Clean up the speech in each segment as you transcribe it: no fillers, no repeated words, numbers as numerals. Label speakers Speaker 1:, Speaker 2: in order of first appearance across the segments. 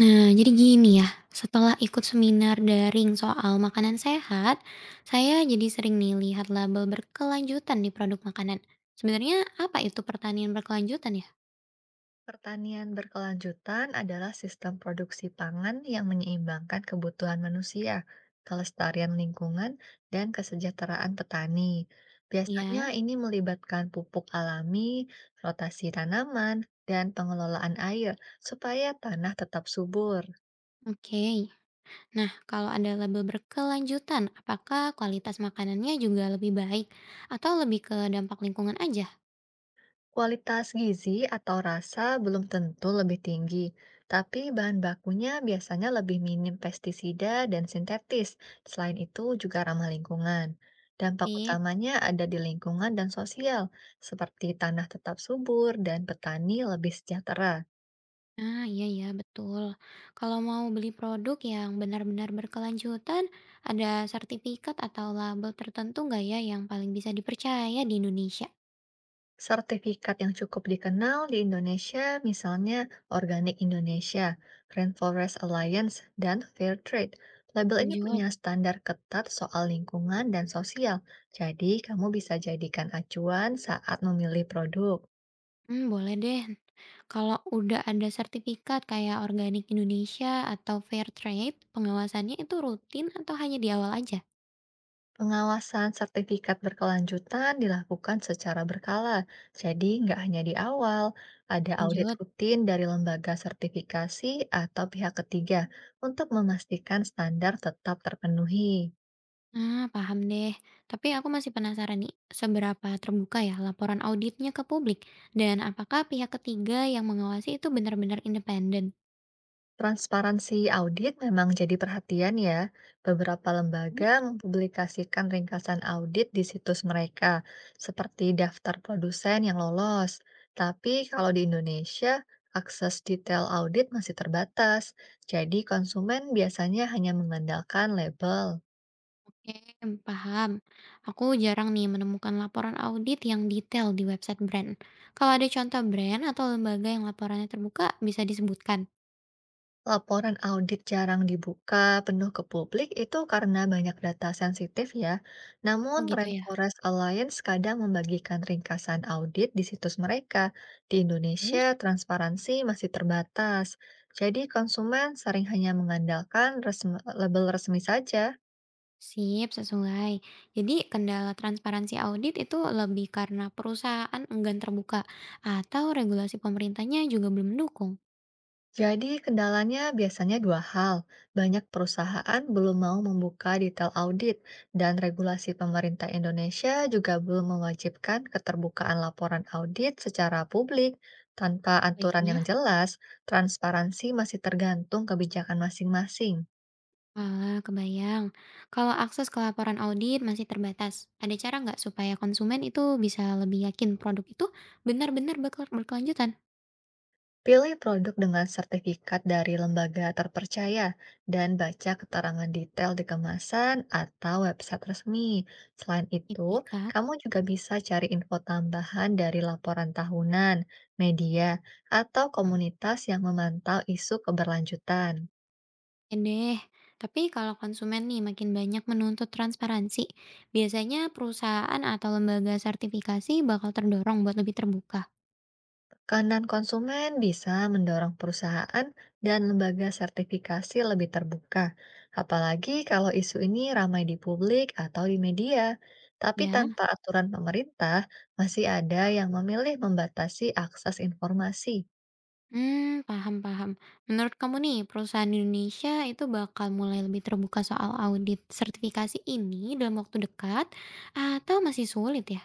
Speaker 1: Nah, jadi gini ya, setelah ikut seminar daring soal makanan sehat, saya jadi sering nih lihat label berkelanjutan di produk makanan. Sebenarnya apa itu pertanian berkelanjutan ya?
Speaker 2: Pertanian berkelanjutan adalah sistem produksi pangan yang menyeimbangkan kebutuhan manusia, kelestarian lingkungan, dan kesejahteraan petani. Biasanya
Speaker 1: Ya,
Speaker 2: ini melibatkan pupuk alami, rotasi tanaman, dan pengelolaan air supaya tanah tetap subur.
Speaker 1: oke. Nah, kalau ada label berkelanjutan, apakah kualitas makanannya juga lebih baik atau lebih ke dampak lingkungan aja?
Speaker 2: Kualitas gizi atau rasa belum tentu lebih tinggi, tapi bahan bakunya biasanya lebih minim pestisida dan sintetis. Selain itu juga ramah lingkungan. Dampak
Speaker 1: Iya.
Speaker 2: utamanya ada di lingkungan dan sosial, seperti tanah tetap subur dan petani lebih sejahtera.
Speaker 1: Nah, iya ya, betul. Kalau mau beli produk yang benar-benar berkelanjutan, ada sertifikat atau label tertentu nggak ya yang paling bisa dipercaya di Indonesia?
Speaker 2: Sertifikat yang cukup dikenal di Indonesia, misalnya Organic Indonesia, Rainforest Alliance, dan Fair Trade. Label ini
Speaker 1: Lanjut.
Speaker 2: punya standar ketat soal lingkungan dan sosial, jadi kamu bisa jadikan acuan saat memilih produk.
Speaker 1: Hmm, boleh deh. Kalau udah ada sertifikat kayak Organik Indonesia atau Fair Trade, pengawasannya itu rutin atau hanya di awal aja?
Speaker 2: Pengawasan sertifikat berkelanjutan dilakukan secara berkala, jadi nggak hanya di awal, ada audit
Speaker 1: Lanjut.
Speaker 2: rutin dari lembaga sertifikasi atau pihak ketiga untuk memastikan standar tetap terpenuhi.
Speaker 1: Nah, paham deh. Tapi aku masih penasaran nih, seberapa terbuka ya laporan auditnya ke publik? Dan apakah pihak ketiga yang mengawasi itu benar-benar independen?
Speaker 2: Transparansi audit memang jadi perhatian ya. Beberapa lembaga
Speaker 1: Terus?
Speaker 2: mempublikasikan ringkasan audit di situs mereka, seperti daftar produsen yang lolos. Tapi kalau di Indonesia, akses detail audit masih terbatas, jadi konsumen biasanya hanya mengandalkan label.
Speaker 1: Oke, paham. Aku jarang nih menemukan laporan audit yang detail di website brand. Kalau ada contoh brand atau lembaga yang laporannya terbuka, bisa disebutkan.
Speaker 2: Laporan audit jarang dibuka penuh ke publik itu karena banyak data sensitif ya.
Speaker 1: Oh
Speaker 2: Namun,
Speaker 1: gitu ya.
Speaker 2: Rainforest Alliance kadang membagikan ringkasan audit di situs mereka. Di Indonesia,
Speaker 1: Terus?
Speaker 2: transparansi masih terbatas. Jadi, konsumen sering hanya mengandalkan label resmi saja.
Speaker 1: Sip, sesuai. Jadi kendala transparansi audit itu lebih karena perusahaan enggan terbuka atau regulasi pemerintahnya juga belum mendukung.
Speaker 2: Jadi kendalanya biasanya dua hal. Banyak perusahaan belum mau membuka detail audit dan regulasi pemerintah Indonesia juga belum mewajibkan keterbukaan laporan audit secara publik. Tanpa aturan yang
Speaker 1: Baiknya.
Speaker 2: jelas, transparansi masih tergantung kebijakan masing-masing.
Speaker 1: Alah, kebayang. Kalau akses ke laporan audit masih terbatas, ada cara nggak supaya konsumen itu bisa lebih yakin produk itu benar-benar berkelanjutan?
Speaker 2: Pilih produk dengan sertifikat dari lembaga terpercaya dan baca keterangan detail di kemasan atau website resmi. Selain itu,
Speaker 1: Itikat,
Speaker 2: kamu juga bisa cari info tambahan dari laporan tahunan, media, atau komunitas yang memantau isu keberlanjutan.
Speaker 1: ya deh. Tapi kalau konsumen nih makin banyak menuntut transparansi, biasanya perusahaan atau lembaga sertifikasi bakal terdorong buat lebih terbuka,
Speaker 2: Kanan konsumen bisa mendorong perusahaan dan lembaga sertifikasi lebih terbuka, apalagi kalau isu ini ramai di publik atau di media. Tapi
Speaker 1: ya.
Speaker 2: tanpa aturan pemerintah, masih ada yang memilih membatasi akses informasi.
Speaker 1: Hmm, paham paham. Menurut kamu nih, perusahaan Indonesia itu bakal mulai lebih terbuka soal audit sertifikasi ini dalam waktu dekat atau masih sulit ya?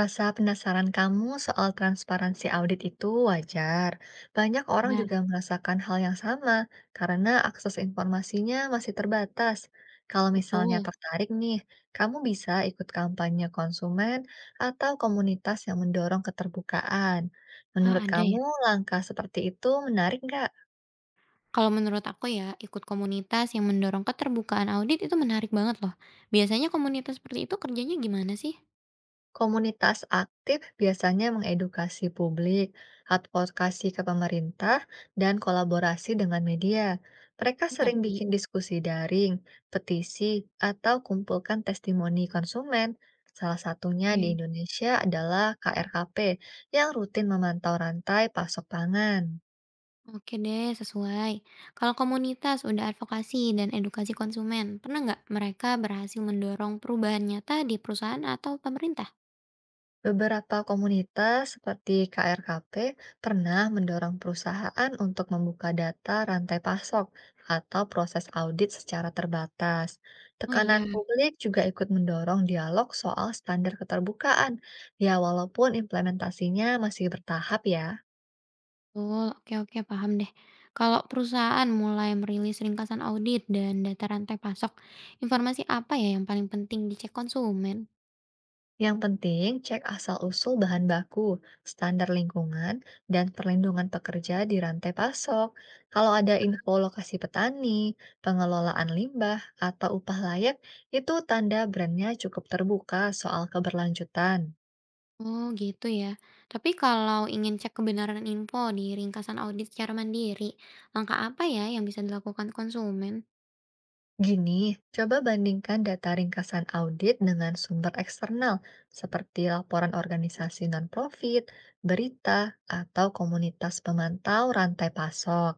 Speaker 2: Rasa penasaran kamu soal transparansi audit itu wajar. Banyak orang
Speaker 1: Nah,
Speaker 2: juga merasakan hal yang sama karena akses informasinya masih terbatas. Kalau misalnya
Speaker 1: betul.
Speaker 2: tertarik nih, kamu bisa ikut kampanye konsumen atau komunitas yang mendorong keterbukaan.
Speaker 1: Ah,
Speaker 2: Menurut
Speaker 1: ada ya?
Speaker 2: kamu, langkah seperti itu menarik nggak?
Speaker 1: Kalau menurut aku ya, ikut komunitas yang mendorong keterbukaan audit itu menarik banget loh. Biasanya komunitas seperti itu kerjanya gimana sih?
Speaker 2: Komunitas aktif biasanya mengedukasi publik, advokasi ke pemerintah, dan kolaborasi dengan media. Mereka sering
Speaker 1: Ngerti?
Speaker 2: bikin diskusi daring, petisi, atau kumpulkan testimoni konsumen. Salah satunya di
Speaker 1: Oke.
Speaker 2: Indonesia adalah KRKP yang rutin memantau rantai pasok pangan.
Speaker 1: Oke deh, sesuai. Kalau komunitas udah advokasi dan edukasi konsumen, pernah nggak mereka berhasil mendorong perubahan nyata di perusahaan atau pemerintah?
Speaker 2: Beberapa komunitas seperti KRKP pernah mendorong perusahaan untuk membuka data rantai pasok atau proses audit secara terbatas.
Speaker 1: Oh
Speaker 2: Tekanan
Speaker 1: iya, betul.
Speaker 2: publik juga ikut mendorong dialog soal standar keterbukaan, ya walaupun implementasinya masih bertahap ya.
Speaker 1: Oke, oke, paham deh. Kalau perusahaan mulai merilis ringkasan audit dan data rantai pasok, informasi apa ya yang paling penting dicek konsumen?
Speaker 2: Yang penting, cek asal-usul bahan baku, standar lingkungan, dan perlindungan pekerja di rantai pasok. Kalau ada info lokasi petani, pengelolaan limbah, atau upah layak, itu tanda brandnya cukup terbuka soal keberlanjutan.
Speaker 1: Oh gitu ya. Tapi kalau ingin cek kebenaran info di ringkasan audit secara mandiri, langkah apa ya yang bisa dilakukan konsumen?
Speaker 2: Gini, coba bandingkan data ringkasan audit dengan sumber eksternal seperti laporan organisasi non-profit, berita, atau komunitas pemantau rantai pasok.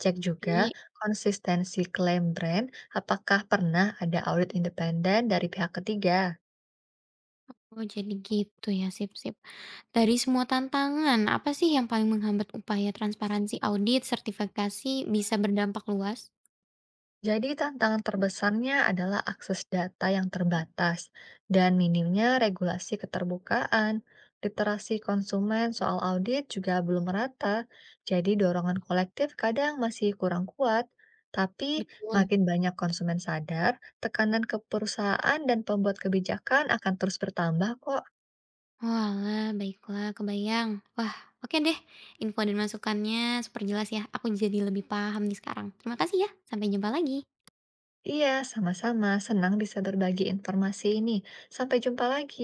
Speaker 2: Cek juga
Speaker 1: Jadi,
Speaker 2: konsistensi klaim brand, apakah pernah ada audit independen dari pihak ketiga.
Speaker 1: oh jadi gitu ya, sip-sip. Dari semua tantangan, apa sih yang paling menghambat upaya transparansi audit sertifikasi bisa berdampak luas?
Speaker 2: Jadi tantangan terbesarnya adalah akses data yang terbatas dan minimnya regulasi keterbukaan. Literasi konsumen soal audit juga belum merata, jadi dorongan kolektif kadang masih kurang kuat. Tapi
Speaker 1: Betul.
Speaker 2: makin banyak konsumen sadar, tekanan ke perusahaan dan pembuat kebijakan akan terus bertambah kok.
Speaker 1: Walah, baiklah, kebayang. Wah, oke deh. Info dan masukannya super jelas ya. Aku jadi lebih paham nih sekarang. Terima kasih ya. Sampai jumpa lagi.
Speaker 2: Iya, sama-sama. Senang bisa berbagi informasi ini. Sampai jumpa lagi.